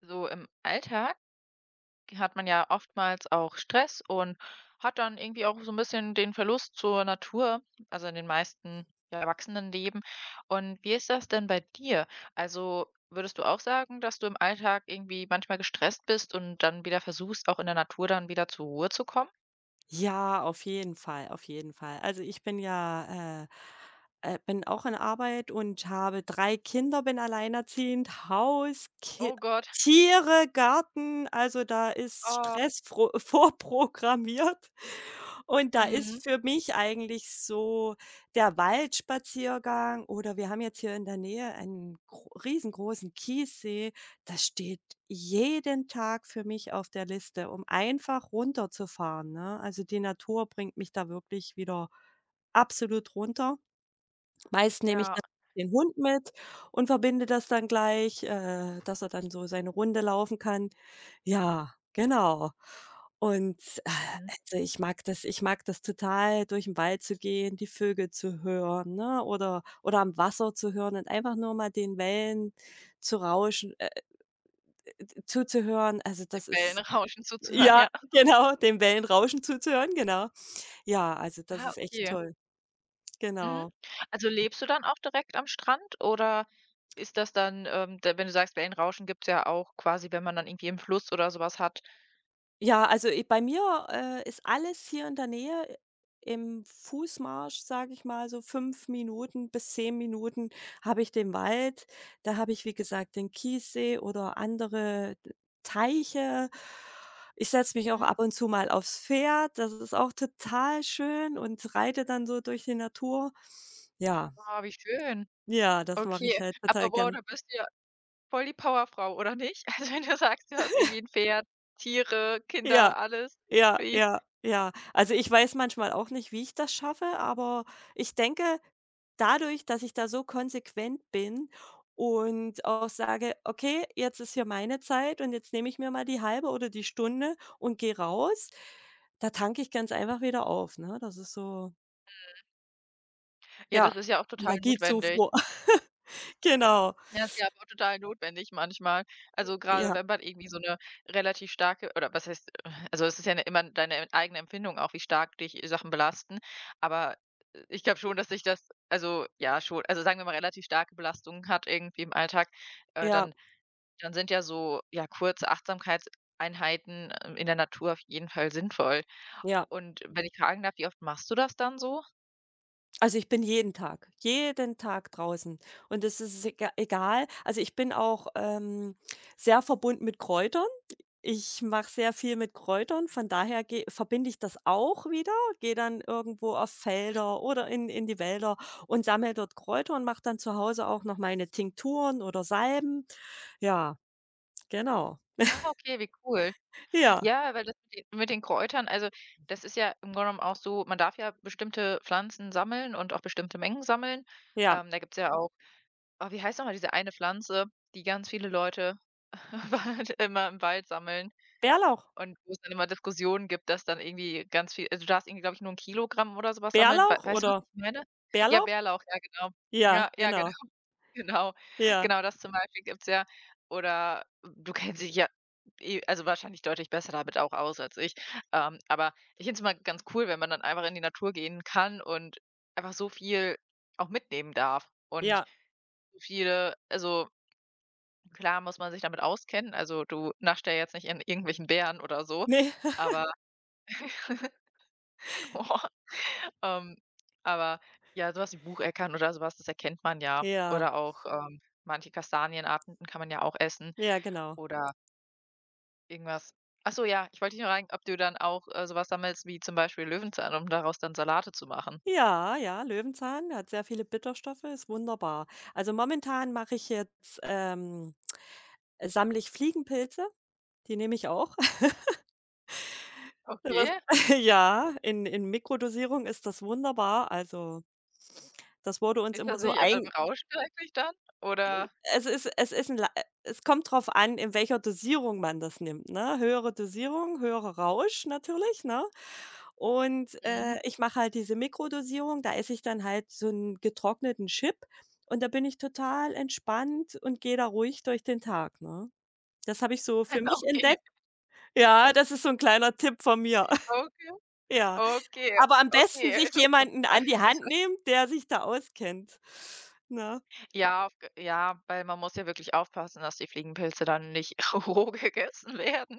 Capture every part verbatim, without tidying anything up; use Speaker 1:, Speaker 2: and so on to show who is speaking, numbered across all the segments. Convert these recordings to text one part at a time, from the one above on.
Speaker 1: So im Alltag hat man ja oftmals auch Stress und hat dann irgendwie auch so ein bisschen den Verlust zur Natur, also, in den meisten, ja, Erwachsenenleben. Und wie ist das denn bei dir? Also, würdest du auch sagen, dass du im Alltag irgendwie manchmal gestresst bist und dann wieder versuchst, auch in der Natur dann wieder zur Ruhe zu kommen?
Speaker 2: Ja, auf jeden Fall, auf jeden Fall. Also, ich bin ja, äh äh, bin auch in Arbeit und habe drei Kinder, bin alleinerziehend, Haus, Ki
Speaker 1: Oh Gott,
Speaker 2: Tiere, Garten, also, da ist
Speaker 1: oh,
Speaker 2: Stress fro vorprogrammiert. Und da
Speaker 1: mhm,
Speaker 2: ist für mich eigentlich so der Waldspaziergang oder wir haben jetzt hier in der Nähe einen gro riesengroßen Kiessee, das steht jeden Tag für mich auf der Liste, um einfach runterzufahren, ne? Also, die Natur bringt mich da wirklich wieder absolut runter. Meist nehme ich
Speaker 1: ja,
Speaker 2: dann den Hund mit und verbinde das dann gleich, äh, dass er dann so seine Runde laufen kann. Ja, genau. Und, äh,
Speaker 1: mhm,
Speaker 2: also, ich mag das ich mag das total, durch den Wald zu gehen, die Vögel zu hören, ne, oder oder am Wasser zu hören und einfach nur mal den Wellen zu rauschen, äh Z zuzuhören, also
Speaker 1: den
Speaker 2: das ist
Speaker 1: Wellen zuzuhören,
Speaker 2: ja,
Speaker 1: ja.
Speaker 2: genau, dem Wellenrauschen zuzuhören, genau. Ja, also das
Speaker 1: Ah,
Speaker 2: ist echt
Speaker 1: okay.
Speaker 2: toll,
Speaker 1: Mhm.
Speaker 2: genau.
Speaker 1: Also, lebst du dann auch direkt am Strand oder ist das dann, ähm da wenn du sagst, Wellenrauschen gibt es ja auch quasi, wenn man dann irgendwie im Fluss oder sowas hat.
Speaker 2: Ja, also i bei mir, äh, ist alles hier in der Nähe im Fußmarsch, sage ich mal, so fünf Minuten bis zehn Minuten habe ich den Wald. Da habe ich, wie gesagt, den Kiessee oder andere Teiche. Ich setze mich auch
Speaker 1: Mhm.
Speaker 2: ab und zu mal aufs Pferd, das ist auch total schön und reite dann so durch die Natur. Ja.
Speaker 1: Ah, wie schön.
Speaker 2: Ja, das mache ich
Speaker 1: Okay,
Speaker 2: halt total
Speaker 1: aber wow,
Speaker 2: gern.
Speaker 1: da bist du ja voll die Powerfrau, oder nicht? Also, wenn du sagst, du hast irgendwie ein Pferd, Tiere,
Speaker 2: Ja,
Speaker 1: Kinder, alles
Speaker 2: ja,
Speaker 1: irgendwie.
Speaker 2: ja, ja. Also, ich weiß manchmal auch nicht, wie ich das schaffe, aber ich denke, dadurch, dass ich da so konsequent bin und auch sage: „Okay, jetzt ist hier meine Zeit und jetzt nehme ich mir mal die halbe oder die Stunde und gehe raus“, da tanke ich ganz einfach wieder auf, ne? Das ist so
Speaker 1: Ja,
Speaker 2: ja,
Speaker 1: das ist ja auch total notwendig.
Speaker 2: Energiezufuhr. Genau.
Speaker 1: Ja, ist ja aber auch total notwendig manchmal. Also, gerade
Speaker 2: Ja,
Speaker 1: wenn man irgendwie so eine relativ starke oder was heißt äh, also, es ist ja 'ne immer deine eigene Empfindung auch, wie stark dich Sachen belasten. Aber, äh, ich glaube schon, dass dich das also, ja schon also, sagen wir mal, relativ starke Belastungen hat irgendwie im Alltag, äh,
Speaker 2: ja,
Speaker 1: dann dann sind ja so, ja, kurze Achtsamkeitseinheiten, ähm, in der Natur auf jeden Fall sinnvoll.
Speaker 2: ja.
Speaker 1: Und wenn ich fragen darf, wie oft machst du das dann so?
Speaker 2: Also, ich bin jeden Tag jeden Tag draußen und es ist ega egal. Also, ich bin auch, ähm, sehr verbunden mit Kräutern. Ich mache sehr viel mit Kräutern, von daher geh verbinde ich das auch wieder, gehe dann irgendwo auf Felder oder in in die Wälder und sammle dort Kräuter und mache dann zu Hause auch noch meine Tinkturen oder Salben. Ja, genau.
Speaker 1: Ah, okay, wie cool.
Speaker 2: Ja,
Speaker 1: Ja, weil das mit den mit den Kräutern also, das ist ja im Grunde genommen auch so man darf ja bestimmte Pflanzen sammeln und auch bestimmte Mengen sammeln.
Speaker 2: ja.
Speaker 1: Ähm, da gibt's ja auch oh, wie heißt noch mal diese eine Pflanze, die ganz viele Leute immer im Wald sammeln?
Speaker 2: Bärlauch.
Speaker 1: Und wo es dann immer Diskussionen gibt, dass dann irgendwie ganz viel also, du darfst irgendwie, glaube ich, nur 'n Kilogramm oder so was sammeln. Wei
Speaker 2: Bärlauch
Speaker 1: weißt du, was
Speaker 2: oder
Speaker 1: ich meine? Ja,
Speaker 2: Bärlauch?
Speaker 1: Bärlauch, ja, genau.
Speaker 2: Ja,
Speaker 1: Ja, ja, genau.
Speaker 2: genau.
Speaker 1: Genau.
Speaker 2: Ja,
Speaker 1: Genau, das zum Beispiel gibt's ja. Oder du kennst dich ja eh also, wahrscheinlich deutlich besser damit auch aus als ich. Ähm, aber ich finde es immer ganz cool, wenn man dann einfach in die Natur gehen kann und einfach so viel auch mitnehmen darf und
Speaker 2: ja.
Speaker 1: so viele also, klar muss man sich damit auskennen. Also, du nascht ja jetzt nicht in irgendwelchen Beeren oder so,
Speaker 2: Ne,
Speaker 1: aber Ähm, aber ja, so was wie Bucheckern oder sowas das erkennt man ja.
Speaker 2: ja,
Speaker 1: Oder auch, ähm, manche Kastanienarten kann man ja auch essen
Speaker 2: ja, genau.
Speaker 1: oder irgendwas ach so, ja, ich wollte dich noch fragen, ob du dann auch, äh, so was sammelst wie zum Beispiel Löwenzahn, um daraus dann Salate zu machen?
Speaker 2: Ja, ja, Löwenzahn, der hat sehr viele Bitterstoffe, ist wunderbar. Also momentan mache ich jetzt ähm, sammle ich Fliegenpilze, die nehme ich auch. Was
Speaker 1: Okay.
Speaker 2: ja, in in Mikrodosierung ist das wunderbar. Also, das wurde uns
Speaker 1: Ist
Speaker 2: immer
Speaker 1: das
Speaker 2: so
Speaker 1: nicht einfach
Speaker 2: ein
Speaker 1: im Rauschgift eigentlich dann oder
Speaker 2: Es ist es ist 'n la äh, es kommt drauf an, in welcher Dosierung man das nimmt, ne? Höhere Dosierung, höherer Rausch natürlich, ne? Und,
Speaker 1: mhm.
Speaker 2: äh, ich mache halt diese Mikrodosierung, da esse ich dann halt so einen getrockneten Chip und da bin ich total entspannt und gehe da ruhig durch den Tag, ne? Das habe ich so für mich
Speaker 1: Okay,
Speaker 2: entdeckt. Ja, das ist so ein kleiner Tipp von mir.
Speaker 1: okay,
Speaker 2: Ja,
Speaker 1: okay,
Speaker 2: aber am besten sich
Speaker 1: okay, so kommt
Speaker 2: jemanden an die Hand nehmen, der sich da auskennt, ne?
Speaker 1: Ja, auf ge ja, weil man muss ja wirklich aufpassen, dass die Fliegenpilze dann nicht roh gegessen werden.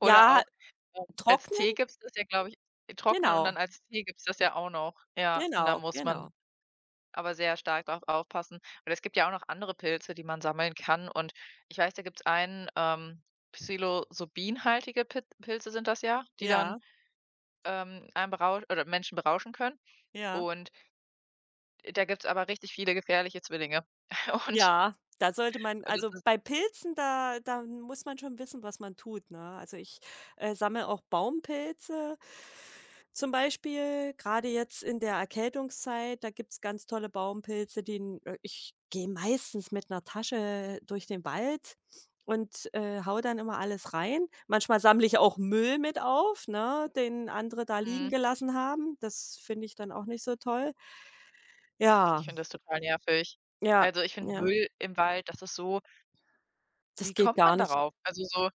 Speaker 1: Oder
Speaker 2: Ja,
Speaker 1: auch, ähm, als
Speaker 2: trocknen,
Speaker 1: Tee gibt's das ja, glaube ich äh, trocknen und dann
Speaker 2: genau.
Speaker 1: als Tee gibt's das ja auch noch. Ja, und da
Speaker 2: Genau,
Speaker 1: muss man
Speaker 2: genau.
Speaker 1: aber sehr stark drauf aufpassen. Und es gibt ja auch noch andere Pilze, die man sammeln kann. Und ich weiß, da gibt's einen, ähm, psilocybinhaltige Pit Pilze sind das ja, die dann,
Speaker 2: Ja,
Speaker 1: ähm, einen berau oder Menschen berauschen können.
Speaker 2: ja.
Speaker 1: Und da gibt's aber richtig viele gefährliche Zwillinge. Und
Speaker 2: Ja, da sollte man
Speaker 1: das
Speaker 2: also,
Speaker 1: ist
Speaker 2: bei Pilzen, da da muss man schon wissen, was man tut, ne? Also, ich, äh, sammle auch Baumpilze zum Beispiel, gerade jetzt in der Erkältungszeit, da gibt's ganz tolle Baumpilze, die n äh, ich gehe meistens mit einer Tasche durch den Wald und, äh, haue dann immer alles rein. Manchmal sammle ich auch Müll mit auf, ne, den andere da liegen
Speaker 1: mhm,
Speaker 2: gelassen haben. Das finde ich dann auch nicht so toll.
Speaker 1: ach, ich
Speaker 2: Ja.
Speaker 1: finde das total nervig.
Speaker 2: Ja,
Speaker 1: Also, ich finde
Speaker 2: ja,
Speaker 1: Müll im Wald, das ist so
Speaker 2: das
Speaker 1: wie
Speaker 2: geht
Speaker 1: kommt
Speaker 2: gar
Speaker 1: man
Speaker 2: nicht.
Speaker 1: darauf? Also, so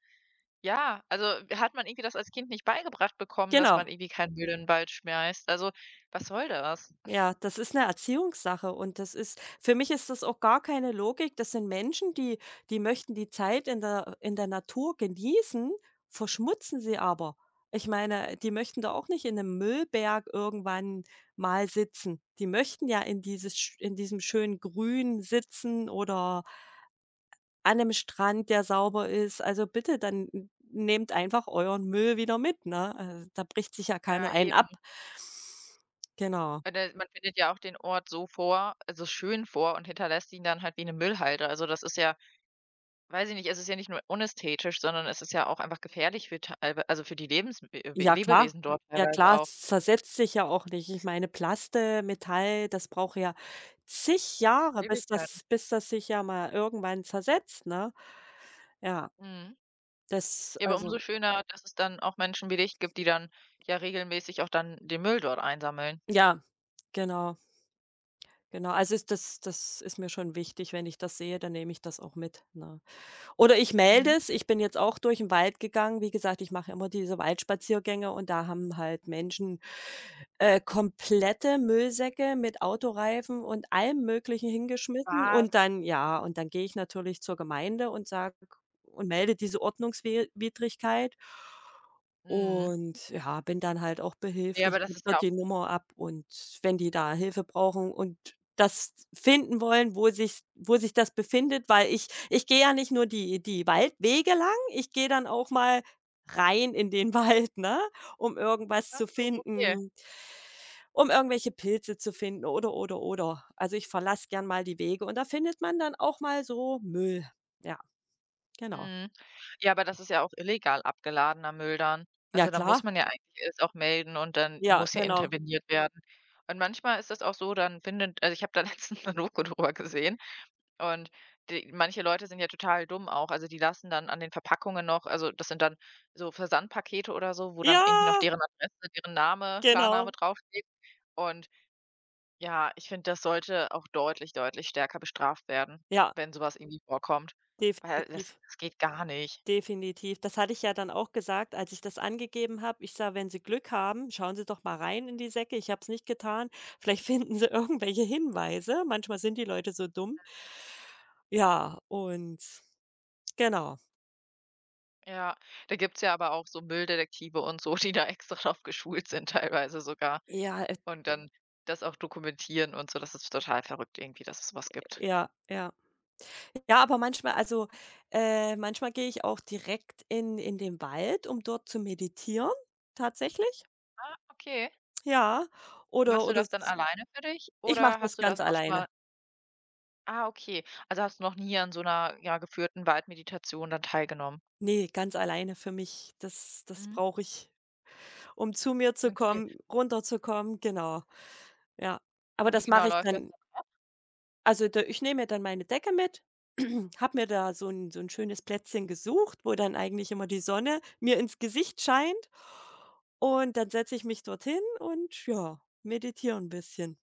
Speaker 1: Ja, also hat man irgendwie das als Kind nicht beigebracht bekommen, dass man
Speaker 2: Genau.
Speaker 1: irgendwie keinen Müll in den Wald schmeißt. Also, was soll das?
Speaker 2: Ja, das ist 'ne Erziehungssache und das ist für mich ist das auch gar keine Logik. Das sind Menschen, die die möchten die Zeit in der in der Natur genießen, verschmutzen sie aber. Ich meine, die möchten da auch nicht in 'nem Müllberg irgendwann mal sitzen. Die möchten ja in dieses sch in diesem schönen Grün sitzen oder an 'nem Strand, der sauber ist. Also, bitte, dann n nehmt einfach euren Müll wieder mit, ne? Also, da bricht sich ja keiner
Speaker 1: Ja,
Speaker 2: einen
Speaker 1: eben.
Speaker 2: ab. Genau.
Speaker 1: Weil der man findet ja auch den Ort so vor also schön vor und hinterlässt ihn dann halt wie eine Müllhalde. Also, das ist ja weiß ich nicht, es ist ja nicht nur unästhetisch, sondern es ist ja auch einfach gefährlich für teilwe also für die Lebens äh, we
Speaker 2: Ja, klar.
Speaker 1: Lebewesen dort
Speaker 2: Ja,
Speaker 1: teilweise
Speaker 2: klar,
Speaker 1: auch.
Speaker 2: es zersetzt sich ja auch nicht. Ich meine, Plaste, Metall, das braucht ja zig Jahre, bis
Speaker 1: Ewigkeiten.
Speaker 2: das bis das sich ja mal irgendwann zersetzt, ne? Ja,
Speaker 1: Mhm.
Speaker 2: das
Speaker 1: Ja, aber umso
Speaker 2: also
Speaker 1: schöner, dass es dann auch Menschen wie dich gibt, die dann ja regelmäßig auch dann den Müll dort einsammeln.
Speaker 2: ja, genau, genau. Also, ist das das ist mir schon wichtig. Wenn ich das sehe, dann nehme ich das auch mit, ne? Oder ich melde
Speaker 1: Mhm.
Speaker 2: es. Ich bin jetzt auch durch den Wald gegangen. Wie gesagt, ich mache immer diese Waldspaziergänge und da haben halt Menschen, äh, komplette Müllsäcke mit Autoreifen und allem Möglichen hingeschmissen
Speaker 1: Was?
Speaker 2: und dann ja, und dann gehe ich natürlich zur Gemeinde und sage und melde diese Ordnungswidrigkeit.
Speaker 1: Mhm.
Speaker 2: Und ja, bin dann halt auch
Speaker 1: Ja,
Speaker 2: behilflich,
Speaker 1: aber das
Speaker 2: gebe
Speaker 1: ist ja
Speaker 2: dort
Speaker 1: auch
Speaker 2: die Nummer ab und wenn die da Hilfe brauchen und das finden wollen, wo sich wo sich das befindet, weil ich ich gehe ja nicht nur die die Waldwege lang, ich gehe dann auch mal rein in den Wald, ne, um irgendwas
Speaker 1: Ach
Speaker 2: zu
Speaker 1: so, okay.
Speaker 2: finden, um irgendwelche Pilze zu finden oder, oder, oder. Also, ich verlasse gern mal die Wege und da findet man dann auch mal so Müll. Ja, genau.
Speaker 1: Mhm. Ja, aber das ist ja auch illegal abgeladener Müll dann.
Speaker 2: Ja,
Speaker 1: Also, da
Speaker 2: klar.
Speaker 1: muss man ja eigentlich es auch melden und dann
Speaker 2: Ja,
Speaker 1: muss ja
Speaker 2: genau.
Speaker 1: interveniert werden. Und manchmal ist das auch so, dann findet also, ich habe da letztens 'ne Doku drüber gesehen und die manche Leute sind ja total dumm auch. Also, die lassen dann an den Verpackungen noch also, das sind dann so Versandpakete oder so, wo dann
Speaker 2: Ja,
Speaker 1: irgendwie noch deren Adresse, deren Name, Klarname
Speaker 2: genau.
Speaker 1: draufsteht und Ja, ich finde, das sollte auch deutlich, deutlich stärker bestraft werden,
Speaker 2: Ja.
Speaker 1: wenn sowas irgendwie vorkommt, weil das
Speaker 2: Definitiv,
Speaker 1: das geht gar nicht.
Speaker 2: definitiv. Das hatte ich ja dann auch gesagt, als ich das angegeben habe. Ich sah: „Wenn Sie Glück haben, schauen Sie doch mal rein in die Säcke.“ Ich habe es nicht getan. Vielleicht finden Sie irgendwelche Hinweise. Manchmal sind die Leute so dumm. Ja, und genau.
Speaker 1: Ja, da gibt's ja aber auch so Mülldetektive und so, die da extra drauf geschult sind teilweise sogar
Speaker 2: Ja, äh,
Speaker 1: und dann das auch dokumentieren und so. Das ist total verrückt irgendwie, dass es so was gibt.
Speaker 2: ja, ja. Ja, aber manchmal also, äh, manchmal gehe ich auch direkt in in den Wald, um dort zu meditieren, tatsächlich.
Speaker 1: Ah, okay.
Speaker 2: Ja,
Speaker 1: Und
Speaker 2: oder
Speaker 1: machst du
Speaker 2: oder
Speaker 1: das dann
Speaker 2: s
Speaker 1: alleine für dich
Speaker 2: ich mache
Speaker 1: oder
Speaker 2: das
Speaker 1: hast du
Speaker 2: ganz
Speaker 1: das auch schon
Speaker 2: alleine.
Speaker 1: mal ah, okay. Also, hast du noch nie an so einer ja, geführten Waldmeditation dann teilgenommen?
Speaker 2: Ne, ganz alleine für mich. Das das
Speaker 1: Mhm,
Speaker 2: brauche ich, um zu mir zu
Speaker 1: okay.
Speaker 2: kommen, runterzukommen, genau. Ja, aber
Speaker 1: Und wie
Speaker 2: das
Speaker 1: genau
Speaker 2: mache ich
Speaker 1: läuft das
Speaker 2: dann also, da ich nehme mir dann meine Decke mit, habe mir da so 'n so 'n schönes Plätzchen gesucht, wo dann eigentlich immer die Sonne mir ins Gesicht scheint. Und dann setze ich mich dorthin und, ja, meditiere 'n bisschen.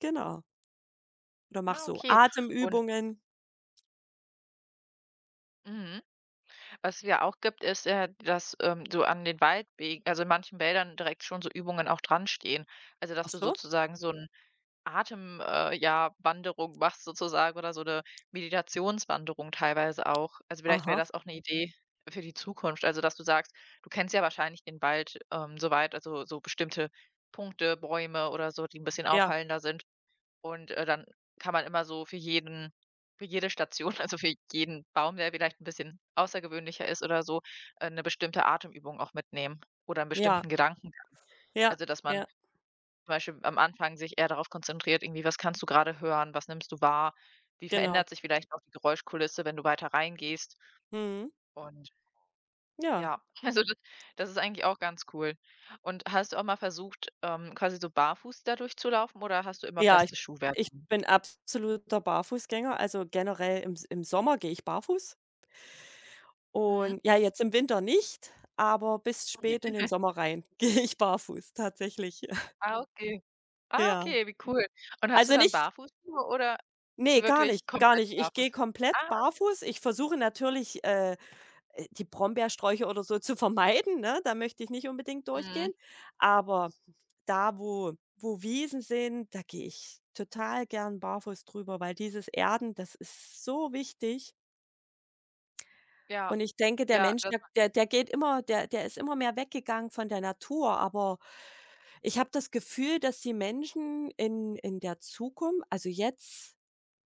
Speaker 2: Genau. Oder
Speaker 1: dann?
Speaker 2: mache
Speaker 1: Ah,
Speaker 2: so
Speaker 1: okay. Und
Speaker 2: Atemübungen.
Speaker 1: mhm. Was wir auch gibt, ist, äh, dass, ähm, so an den Waldwegen also in manchen Wäldern direkt schon so Übungen auch dran stehen. Also,
Speaker 2: Ach
Speaker 1: dass du
Speaker 2: so?
Speaker 1: sozusagen so eine Atem äh, ja, Wanderung machst sozusagen oder so eine Meditationswanderung teilweise auch. Also, vielleicht wäre
Speaker 2: Aha.
Speaker 1: das auch eine Idee für die Zukunft. Also, dass du sagst, du kennst ja wahrscheinlich den Wald, ähm, so weit also so bestimmte Punkte, Bäume oder so, die ein bisschen
Speaker 2: Ja,
Speaker 1: auffallender sind. Und, äh, dann kann man immer so für jeden für jede Station, also für jeden Baum, der vielleicht ein bisschen außergewöhnlicher ist oder so, äh, 'ne bestimmte Atemübung auch mitnehmen oder einen
Speaker 2: ja,
Speaker 1: bestimmten Gedankengang.
Speaker 2: ja,
Speaker 1: Also, dass man
Speaker 2: ja,
Speaker 1: zum Beispiel am Anfang sich eher darauf konzentriert, irgendwie: „Was kannst du gerade hören? Was nimmst du wahr? Wie
Speaker 2: genau.
Speaker 1: verändert sich vielleicht auch die Geräuschkulisse, wenn du weiter reingehst?“
Speaker 2: Mhm.
Speaker 1: Und
Speaker 2: Ja.
Speaker 1: ja, also das das ist eigentlich auch ganz cool. Und hast du auch mal versucht, ähm, quasi so barfuß da durchzulaufen oder hast du immer
Speaker 2: Ja, ich
Speaker 1: festes Schuhwerk
Speaker 2: ich
Speaker 1: an?
Speaker 2: bin absoluter Barfußgänger. Also, generell im S im Sommer gehe ich barfuß
Speaker 1: Mhm.
Speaker 2: und ja, jetzt im Winter nicht, aber bis spät in den
Speaker 1: Ja.
Speaker 2: Sommer rein gehe ich barfuß tatsächlich.
Speaker 1: Ah, okay. Ah,
Speaker 2: Ja.
Speaker 1: okay, wie cool. Und hast du
Speaker 2: Also,
Speaker 1: dann
Speaker 2: nicht,
Speaker 1: Barfußschuhe oder
Speaker 2: nee, gar nicht,
Speaker 1: wirklich
Speaker 2: gar
Speaker 1: komplett
Speaker 2: nicht. Ich
Speaker 1: barfuß?
Speaker 2: gehe komplett
Speaker 1: Ah,
Speaker 2: barfuß. Ich versuche natürlich, äh äh, die Brombeersträuche oder so zu vermeiden, ne? Da möchte ich nicht unbedingt
Speaker 1: mhm.
Speaker 2: durchgehen. Aber da, wo wo Wiesen sind, da gehe ich total gern barfuß drüber, weil dieses Erden, das ist so wichtig.
Speaker 1: Ja,
Speaker 2: Und ich denke, der
Speaker 1: ja,
Speaker 2: Mensch,
Speaker 1: dass
Speaker 2: der
Speaker 1: man
Speaker 2: der der geht immer der der ist immer mehr weggegangen von der Natur, aber ich habe das Gefühl, dass die Menschen in in der Zukunft, also jetzt,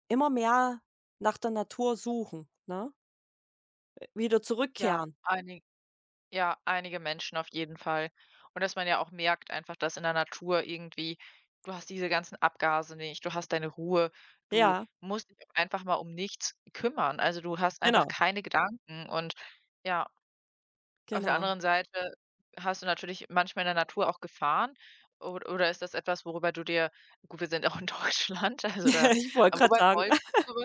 Speaker 2: immer mehr nach der Natur suchen, ne? Wieder
Speaker 1: ja,
Speaker 2: zurückkehren.
Speaker 1: einig ja, einige Menschen auf jeden Fall. Und dass man ja auch merkt einfach, dass in der Natur irgendwie du hast diese ganzen Abgase nicht, du hast deine Ruhe, du
Speaker 2: Ja,
Speaker 1: musst dich auch einfach mal um nichts kümmern. Also, du hast einfach
Speaker 2: genau,
Speaker 1: keine Gedanken und ja. Auf der
Speaker 2: genau.
Speaker 1: anderen Seite hast du natürlich manchmal in der Natur auch Gefahren o oder ist das etwas, worüber du dir gut, wir sind auch in Deutschland, also
Speaker 2: Ja,
Speaker 1: da
Speaker 2: ich wollte
Speaker 1: aber
Speaker 2: grad
Speaker 1: wobei
Speaker 2: sagen,
Speaker 1: Wolf und so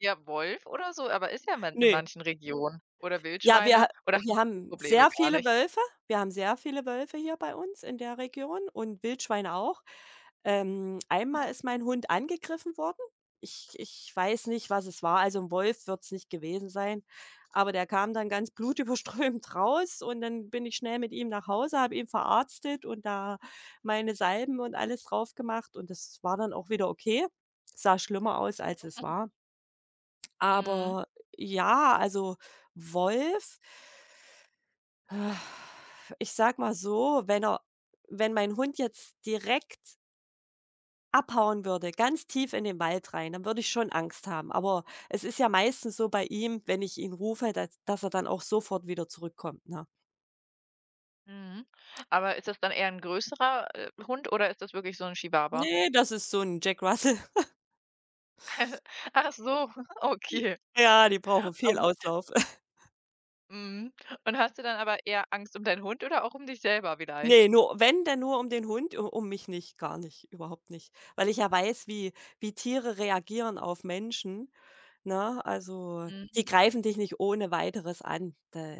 Speaker 1: ja, Wolf oder so, aber ist ja man in
Speaker 2: ne.
Speaker 1: manchen Regionen oder
Speaker 2: Ja, wir
Speaker 1: Wildschweine oder
Speaker 2: wir
Speaker 1: hast du die
Speaker 2: haben
Speaker 1: Probleme
Speaker 2: sehr
Speaker 1: gar
Speaker 2: viele
Speaker 1: nicht?
Speaker 2: Wölfe. Wir haben sehr viele Wölfe hier bei uns in der Region und Wildschweine auch. Ähm, einmal ist mein Hund angegriffen worden. Ich ich weiß nicht, was es war. Also 'n Wolf wird's nicht gewesen sein, aber der kam dann ganz blutüberströmt raus und dann bin ich schnell mit ihm nach Hause, habe ihn verarztet und da meine Salben und alles drauf gemacht und das war dann auch wieder okay. Sah schlimmer aus, als es war.
Speaker 1: Mhm,
Speaker 2: Aber ja, also Wolf, äh, ich sag mal so, wenn er wenn mein Hund jetzt direkt abhauen würde, ganz tief in den Wald rein, dann würde ich schon Angst haben. Aber es ist ja meistens so bei ihm, wenn ich ihn rufe, dass dass er dann auch sofort wieder zurückkommt, ne?
Speaker 1: mhm. Aber ist das dann eher ein größerer, äh, Hund oder ist das wirklich so ein Chihuahua?
Speaker 2: Ne, das ist so ein Jack Russell.
Speaker 1: Ach so, okay.
Speaker 2: ja, die brauchen viel
Speaker 1: Und
Speaker 2: Auslauf.
Speaker 1: mhm, und hast du dann aber eher Angst um deinen Hund oder auch um dich selber
Speaker 2: Ne,
Speaker 1: vielleicht?
Speaker 2: nur wenn, dann nur um den Hund, u um mich nicht, gar nicht, überhaupt nicht. Weil ich ja weiß, wie wie Tiere reagieren auf Menschen, ne? Also,
Speaker 1: Mhm.
Speaker 2: die greifen dich nicht ohne Weiteres an. Da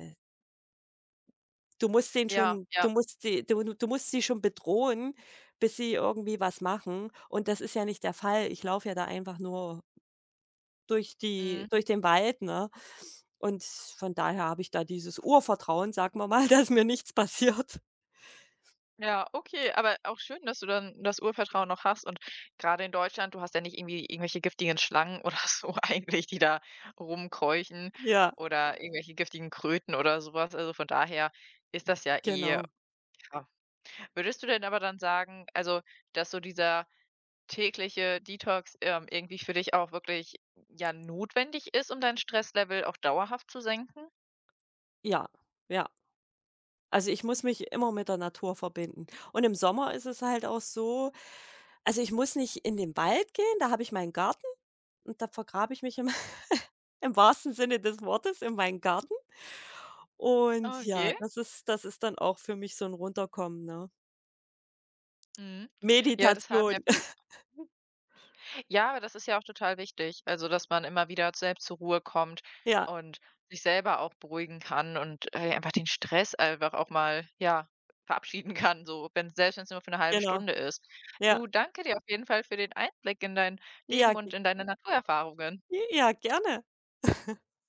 Speaker 2: du musst den
Speaker 1: Ja,
Speaker 2: schon du
Speaker 1: ja,
Speaker 2: musst die du du musst sie schon bedrohen, bis sie irgendwie was machen. Und das ist ja nicht der Fall. Ich laufe ja da einfach nur durch die
Speaker 1: mhm.
Speaker 2: durch den Wald, ne? Und von daher habe ich da dieses Urvertrauen, sagen wir mal, dass mir nichts passiert.
Speaker 1: Ja, okay, aber auch schön, dass du dann das Urvertrauen noch hast und gerade in Deutschland, du hast ja nicht irgendwie irgendwelche giftigen Schlangen oder so eigentlich, die da rumkeuchen
Speaker 2: Ja,
Speaker 1: oder irgendwelche giftigen Kröten oder sowas. Also, von daher ist das ja eh
Speaker 2: genau.
Speaker 1: ja. Würdest du denn aber dann sagen, also, dass so dieser tägliche Detox, ähm, irgendwie für dich auch wirklich, ja, notwendig ist, um dein Stresslevel auch dauerhaft zu senken?
Speaker 2: Ja, ja. Also, ich muss mich immer mit der Natur verbinden. Und im Sommer ist es halt auch so also, ich muss nicht in den Wald gehen, da habe ich meinen Garten und da vergrabe ich mich im im wahrsten Sinne des Wortes in meinen Garten. Und ja,
Speaker 1: Okay,
Speaker 2: das ist das ist dann auch für mich so ein Runterkommen, ne?
Speaker 1: mhm. Ja, das haben ja
Speaker 2: Meditation.
Speaker 1: viel Ja, aber das ist ja auch total wichtig. Also, dass man immer wieder selbst zur Ruhe kommt
Speaker 2: Ja,
Speaker 1: und sich selber auch beruhigen kann und, äh, einfach den Stress einfach auch mal, ja, verabschieden kann, so, wenn selbst wenn es nur für eine halbe
Speaker 2: genau.
Speaker 1: Stunde ist.
Speaker 2: Ja.
Speaker 1: Du, danke dir auf jeden Fall für den Einblick in dein
Speaker 2: Ja,
Speaker 1: Leben
Speaker 2: g
Speaker 1: und in deine Naturerfahrungen.
Speaker 2: ja, gerne.